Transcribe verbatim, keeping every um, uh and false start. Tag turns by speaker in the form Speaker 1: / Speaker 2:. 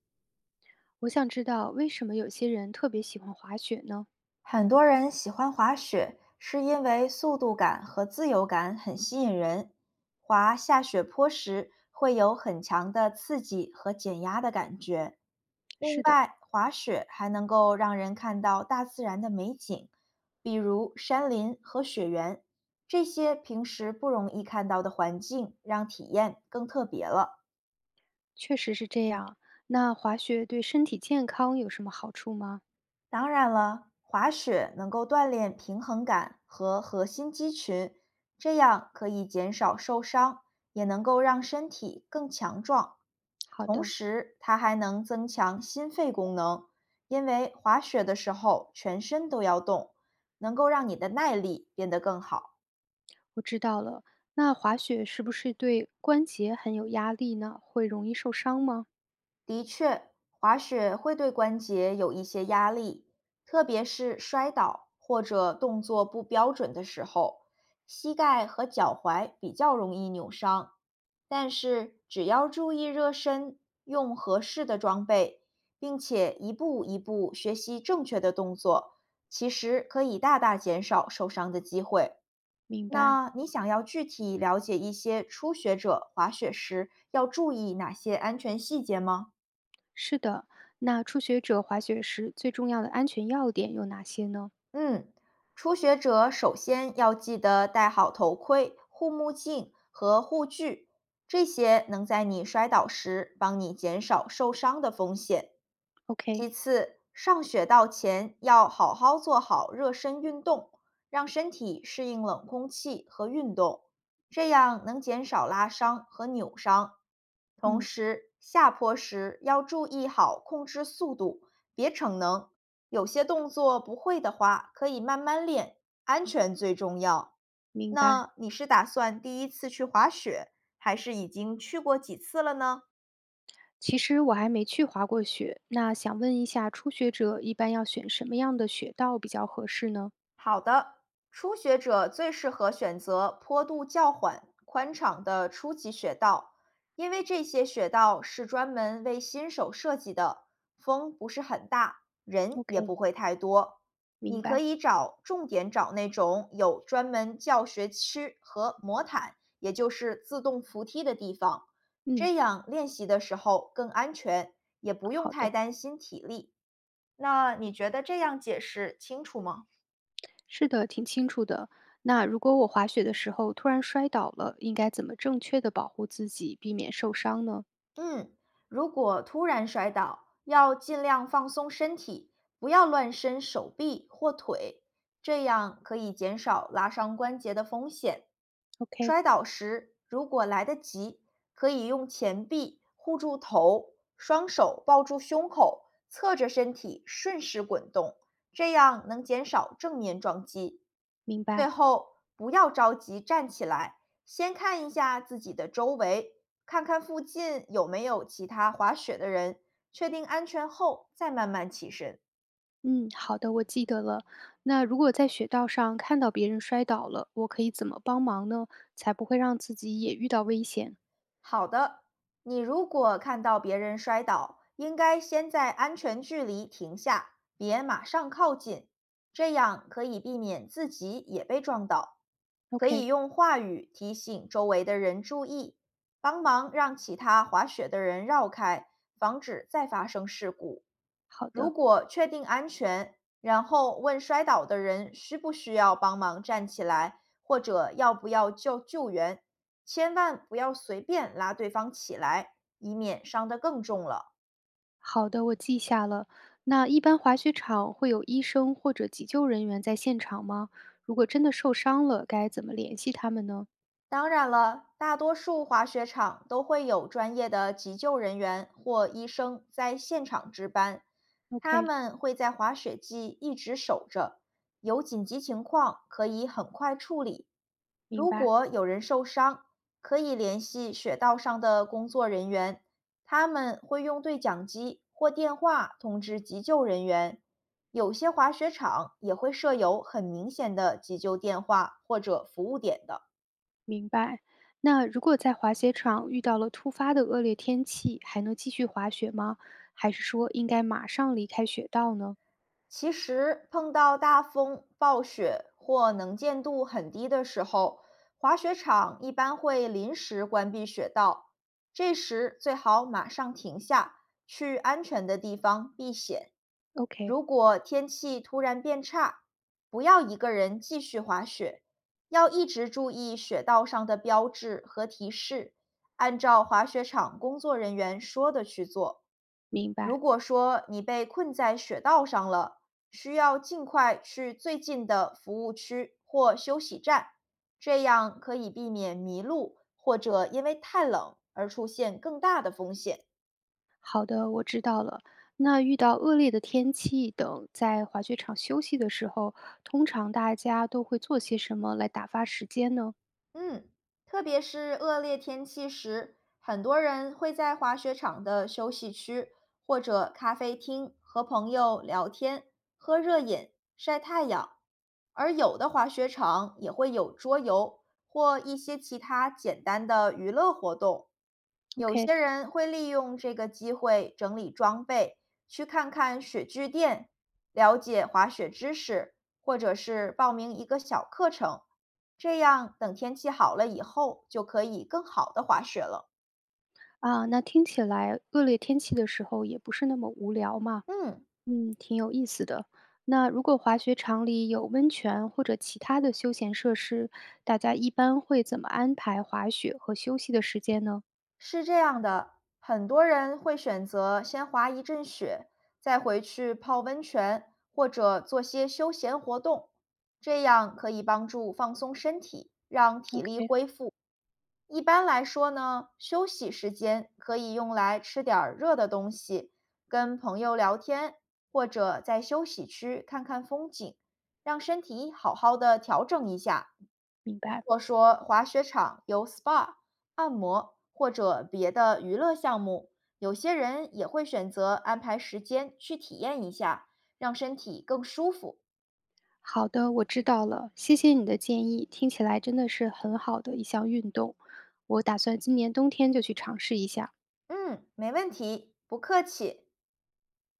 Speaker 1: 我想知道为什么有些人特别喜欢滑雪呢？
Speaker 2: 很多人喜欢滑雪，是因为速度感和自由感很吸引人。滑下雪坡时会有很强的刺激和减压的感觉。另
Speaker 1: 是的，
Speaker 2: 外，滑雪还能够让人看到大自然的美景，比如山林和雪原，这些平时不容易看到的环境，让体验更特别了。
Speaker 1: 确实是这样。那滑雪对身体健康有什么好处吗？
Speaker 2: 当然了，滑雪能够锻炼平衡感和核心肌群，这样可以减少受伤，也能够让身体更强壮。
Speaker 1: 好
Speaker 2: 同
Speaker 1: 的，
Speaker 2: 时，它还能增强心肺功能，因为滑雪的时候全身都要动，能够让你的耐力变得更好。
Speaker 1: 我知道了。那滑雪是不是对关节很有压力呢？会容易受伤吗？
Speaker 2: 的确，滑雪会对关节有一些压力，特别是摔倒或者动作不标准的时候，膝盖和脚踝比较容易扭伤。但是只要注意热身，用合适的装备，并且一步一步学习正确的动作，其实可以大大减少受伤的机会。
Speaker 1: 明白。
Speaker 2: 那你想要具体了解一些初学者滑雪时要注意哪些安全细节吗？
Speaker 1: 是的，那初学者滑雪时最重要的安全要点有哪些呢
Speaker 2: 嗯，初学者首先要记得戴好头盔、护目镜和护具，这些能在你摔倒时帮你减少受伤的风险。
Speaker 1: ？OK，
Speaker 2: 其次，上雪道前要好好做好热身运动，让身体适应冷空气和运动，这样能减少拉伤和扭伤。同
Speaker 1: 嗯，
Speaker 2: 时，下坡时要注意好控制速度，别逞能，有些动作不会的话，可以慢慢练，安全最重要。
Speaker 1: 明白。
Speaker 2: 那你是打算第一次去滑雪，还是已经去过几次了呢？
Speaker 1: 其实我还没去滑过雪，那想问一下，初学者一般要选什么样的雪道比较合适呢
Speaker 2: 好的，初学者最适合选择坡度较缓、宽敞的初级雪道，因为这些雪道是专门为新手设计的，风不是很大，人也
Speaker 1: ？OK。
Speaker 2: 不会太多。
Speaker 1: 明
Speaker 2: 你可
Speaker 1: 白，
Speaker 2: 以找重点找那种有专门教学区和魔毯，也就是自动扶梯的地方，
Speaker 1: 嗯，
Speaker 2: 这样练习的时候更安全，也不用
Speaker 1: 好
Speaker 2: 太
Speaker 1: 的，
Speaker 2: 担心体力。那你觉得这样解释清楚吗？
Speaker 1: 是的，挺清楚的。那如果我滑雪的时候突然摔倒了，应该怎么正确的保护自己，避免受伤呢
Speaker 2: 嗯，如果突然摔倒，要尽量放松身体，不要乱伸手臂或腿，这样可以减少拉伤关节的风险。
Speaker 1: ？OK，
Speaker 2: 摔倒时，如果来得及，可以用前臂护住头，双手抱住胸口，侧着身体顺势滚动，这样能减少正面撞击。
Speaker 1: 明
Speaker 2: 最
Speaker 1: 白。
Speaker 2: 后，不要着急站起来，先看一下自己的周围，看看附近有没有其他滑雪的人，确定安全后再慢慢起身。
Speaker 1: 嗯，好的，我记得了。那如果在雪道上看到别人摔倒了，我可以怎么帮忙呢？才不会让自己也遇到危险
Speaker 2: 好的，你如果看到别人摔倒，应该先在安全距离停下，别马上靠近，这样可以避免自己也被撞倒。可以
Speaker 1: ？OK，
Speaker 2: 用话语提醒周围的人注意，帮忙让其他滑雪的人绕开，防止再发生事故。
Speaker 1: 好
Speaker 2: 如
Speaker 1: 的，
Speaker 2: 果确定安全，然后问摔倒的人需不需要帮忙站起来，或者要不要叫救援。千万不要随便拉对方起来，以免伤得更重了。
Speaker 1: 好的，我记下了。那一般滑雪场会有医生或者急救人员在现场吗？如果真的受伤了，该怎么联系他们呢
Speaker 2: 当然了，大多数滑雪场都会有专业的急救人员或医生在现场值班，他
Speaker 1: ？OK，
Speaker 2: 们会在滑雪季一直守着，有紧急情况可以很快处理。
Speaker 1: 明
Speaker 2: 如
Speaker 1: 白，
Speaker 2: 果有人受伤，可以联系雪道上的工作人员，他们会用对讲机或电话通知急救人员。有些滑雪场也会设有很明显的急救电话或者服务点的。
Speaker 1: 明白。那如果在滑雪场遇到了突发的恶劣天气，还能继续滑雪吗？还是说应该马上离开雪道呢
Speaker 2: 其实碰到大风、暴雪或能见度很低的时候，滑雪场一般会临时关闭雪道，这时最好马上停下，去安全的地方避险。
Speaker 1: ？OK，
Speaker 2: 如果天气突然变差，不要一个人继续滑雪，要一直注意雪道上的标志和提示，按照滑雪场工作人员说的去做。
Speaker 1: 明
Speaker 2: 如
Speaker 1: 白。
Speaker 2: 果说你被困在雪道上了，需要尽快去最近的服务区或休息站，这样可以避免迷路或者因为太冷而出现更大的风险。
Speaker 1: 好的，我知道了。那遇到恶劣的天气等，在滑雪场休息的时候，通常大家都会做些什么来打发时间呢
Speaker 2: 嗯，特别是恶劣天气时，很多人会在滑雪场的休息区或者咖啡厅和朋友聊天、喝热饮、晒太阳，而有的滑雪场也会有桌游或一些其他简单的娱乐活动。有
Speaker 1: ？OK，
Speaker 2: 些人会利用这个机会整理装备，去看看雪具店，了解滑雪知识，或者是报名一个小课程。这样等天气好了以后，就可以更好的滑雪了。
Speaker 1: 啊，那听起来恶劣天气的时候也不是那么无聊嘛。
Speaker 2: 嗯，
Speaker 1: 嗯，挺有意思的。那如果滑雪场里有温泉或者其他的休闲设施，大家一般会怎么安排滑雪和休息的时间呢
Speaker 2: 是这样的，很多人会选择先滑一阵雪，再回去泡温泉或者做些休闲活动，这样可以帮助放松身体，让体力
Speaker 1: ？OK，
Speaker 2: 恢复。一般来说呢，休息时间可以用来吃点儿热的东西，跟朋友聊天，或者在休息区看看风景，让身体好好的调整一下。
Speaker 1: 明白。
Speaker 2: 或说滑雪场有 S P A、按摩或者别的娱乐项目，有些人也会选择安排时间去体验一下，让身体更舒服。
Speaker 1: 好的，我知道了，谢谢你的建议，听起来真的是很好的一项运动，我打算今年冬天就去尝试一下。
Speaker 2: 嗯，没问题，不客气。